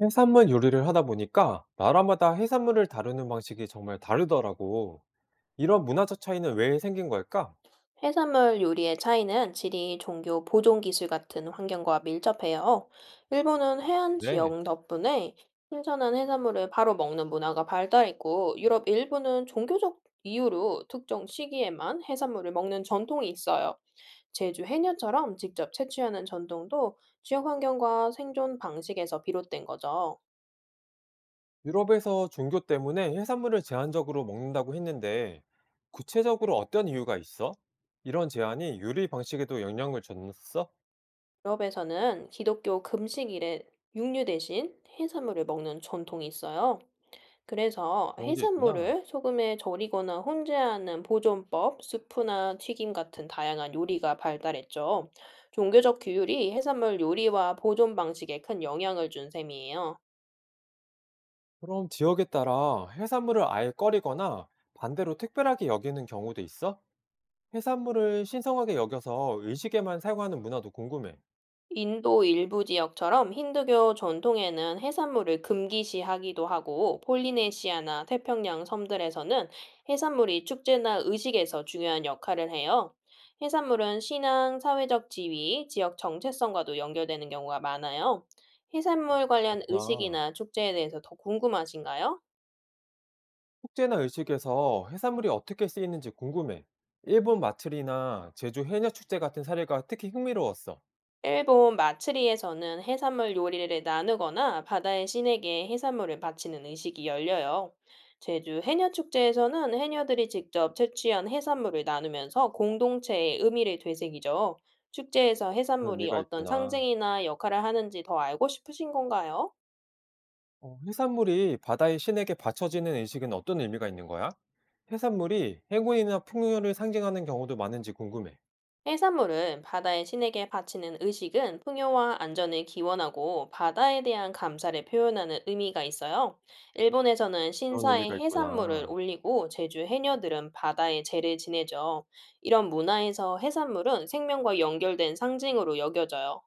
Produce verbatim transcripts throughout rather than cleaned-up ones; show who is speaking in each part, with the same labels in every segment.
Speaker 1: 해산물 요리를 하다 보니까 나라마다 해산물을 다루는 방식이 정말 다르더라고. 이런 문화적 차이는 왜 생긴 걸까?
Speaker 2: 해산물 요리의 차이는 지리, 종교, 보존 기술 같은 환경과 밀접해요. 일본은 해안
Speaker 1: 네.
Speaker 2: 지역 덕분에 신선한 해산물을 바로 먹는 문화가 발달했고, 유럽 일부는 종교적 이유로 특정 시기에만 해산물을 먹는 전통이 있어요. 제주 해녀처럼 직접 채취하는 전통도 지역 환경과 생존 방식에서 비롯된 거죠.
Speaker 1: 유럽에서 종교 때문에 해산물을 제한적으로 먹는다고 했는데 구체적으로 어떤 이유가 있어? 이런 제한이 요리 방식에도 영향을 줬어?
Speaker 2: 유럽에서는 기독교 금식일에 육류 대신 해산물을 먹는 전통이 있어요. 그래서
Speaker 1: 그런 게 있구나.
Speaker 2: 해산물을 소금에 절이거나 혼재하는 보존법, 수프나 튀김 같은 다양한 요리가 발달했죠. 종교적 규율이 해산물 요리와 보존 방식에 큰 영향을 준 셈이에요.
Speaker 1: 그럼 지역에 따라 해산물을 아예 꺼리거나 반대로 특별하게 여기는 경우도 있어? 해산물을 신성하게 여겨서 의식에만 사용하는 문화도 궁금해.
Speaker 2: 인도 일부 지역처럼 힌두교 전통에는 해산물을 금기시하기도 하고, 폴리네시아나 태평양 섬들에서는 해산물이 축제나 의식에서 중요한 역할을 해요. 해산물은 신앙, 사회적 지위, 지역 정체성과도 연결되는 경우가 많아요. 해산물 관련
Speaker 1: 그렇구나.
Speaker 2: 의식이나 축제에 대해서 더 궁금하신가요?
Speaker 1: 축제나 의식에서 해산물이 어떻게 쓰이는지 궁금해. 일본 마트리나 제주 해녀축제 같은 사례가 특히 흥미로웠어.
Speaker 2: 일본 마츠리에서는 해산물 요리를 나누거나 바다의 신에게 해산물을 바치는 의식이 열려요. 제주 해녀축제에서는 해녀들이 직접 채취한 해산물을 나누면서 공동체의 의미를 되새기죠. 축제에서
Speaker 1: 그런
Speaker 2: 해산물이
Speaker 1: 의미가
Speaker 2: 어떤
Speaker 1: 있구나.
Speaker 2: 상징이나 역할을 하는지 더 알고 싶으신 건가요?
Speaker 1: 어, 해산물이 바다의 신에게 바쳐지는 의식은 어떤 의미가 있는 거야? 해산물이 행운이나 풍요를 상징하는 경우도 많은지 궁금해.
Speaker 2: 해산물은 바다의 신에게 바치는 의식은 풍요와 안전을 기원하고 바다에 대한 감사를 표현하는 의미가 있어요. 일본에서는
Speaker 1: 그런
Speaker 2: 신사에
Speaker 1: 의미가
Speaker 2: 해산물을
Speaker 1: 있구나.
Speaker 2: 올리고 제주 해녀들은 바다에 제를 지내죠. 이런 문화에서 해산물은 생명과 연결된 상징으로 여겨져요.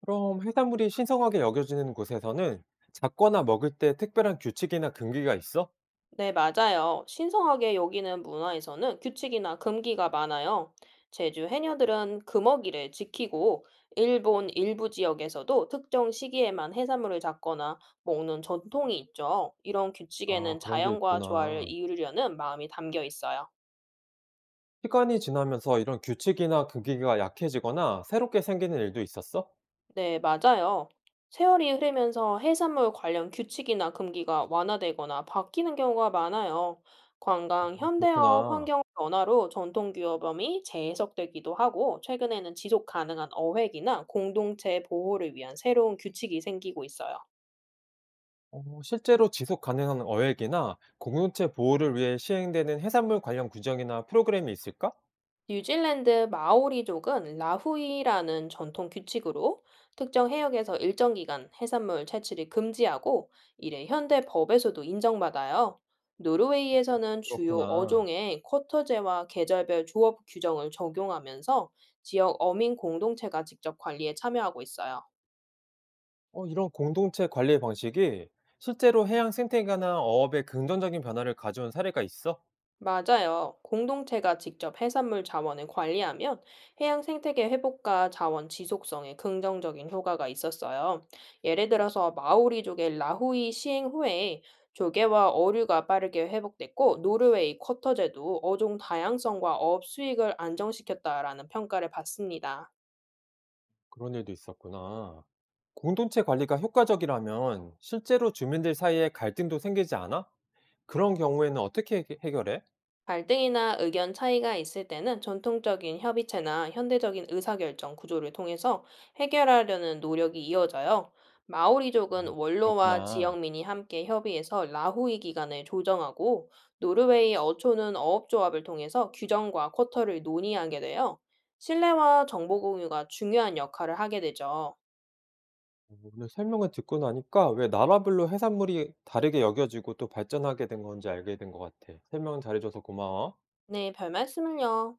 Speaker 1: 그럼 해산물이 신성하게 여겨지는 곳에서는 잡거나 먹을 때 특별한 규칙이나 금기가 있어?
Speaker 2: 네, 맞아요. 신성하게 여기는 문화에서는 규칙이나 금기가 많아요. 제주 해녀들은 금어기를 지키고, 일본 일부 지역에서도 특정 시기에만 해산물을 잡거나 먹는 전통이 있죠. 이런
Speaker 1: 아,
Speaker 2: 규칙에는
Speaker 1: 그런 게
Speaker 2: 자연과 조화를
Speaker 1: 있구나.
Speaker 2: 이루려는 마음이 담겨 있어요.
Speaker 1: 시간이 지나면서 이런 규칙이나 금기가 약해지거나 새롭게 생기는 일도 있었어?
Speaker 2: 네, 맞아요. 세월이 흐르면서 해산물 관련 규칙이나 금기가 완화되거나 바뀌는 경우가 많아요. 관광,
Speaker 1: 아
Speaker 2: 현대업,
Speaker 1: 그렇구나.
Speaker 2: 환경 변화로 전통 규범이 재해석되기도 하고, 최근에는 지속 가능한 어획이나 공동체 보호를 위한 새로운 규칙이 생기고 있어요.
Speaker 1: 어 실제로 지속 가능한 어획이나 공동체 보호를 위해 시행되는 해산물 관련 규정이나 프로그램이 있을까?
Speaker 2: 뉴질랜드 마오리족은 라후이라는 전통 규칙으로 특정 해역에서 일정 기간 해산물 채취를 금지하고 이를 현대 법에서도 인정받아요. 노르웨이에서는 주요
Speaker 1: 그렇구나.
Speaker 2: 어종에 쿼터제와 계절별 조업 규정을 적용하면서 지역 어민 공동체가 직접 관리에 참여하고 있어요.
Speaker 1: 어 이런 공동체 관리 방식이 실제로 해양 생태계나 어업에 긍정적인 변화를 가져온 사례가 있어?
Speaker 2: 맞아요. 공동체가 직접 해산물 자원을 관리하면 해양 생태계 회복과 자원 지속성에 긍정적인 효과가 있었어요. 예를 들어서 마오리족의 라후이 시행 후에 조개와 어류가 빠르게 회복됐고 노르웨이 쿼터제도 어종 다양성과 어업 수익을 안정시켰다라는 평가를 받습니다.
Speaker 1: 그런 일도 있었구나. 공동체 관리가 효과적이라면 실제로 주민들 사이에 갈등도 생기지 않아? 그런 경우에는 어떻게 해 해결해?
Speaker 2: 갈등이나 의견 차이가 있을 때는 전통적인 협의체나 현대적인 의사결정 구조를 통해서 해결하려는 노력이 이어져요. 마오리족은
Speaker 1: 음
Speaker 2: 원로와
Speaker 1: 그렇구나.
Speaker 2: 지역민이 함께 협의해서 라후이 기간을 조정하고 노르웨이 어초는 어업조합을 통해서 규정과 쿼터를 논의하게 돼요. 신뢰와 정보 공유가 중요한 역할을 하게 되죠.
Speaker 1: 어 오늘 설명을 듣고 나니까 왜 나라별로 해산물이 다르게 여겨지고 또 발전하게 된 건지 알게 된 것 같아. 설명 잘해 줘서 고마워.
Speaker 2: 네, 별 말씀을요.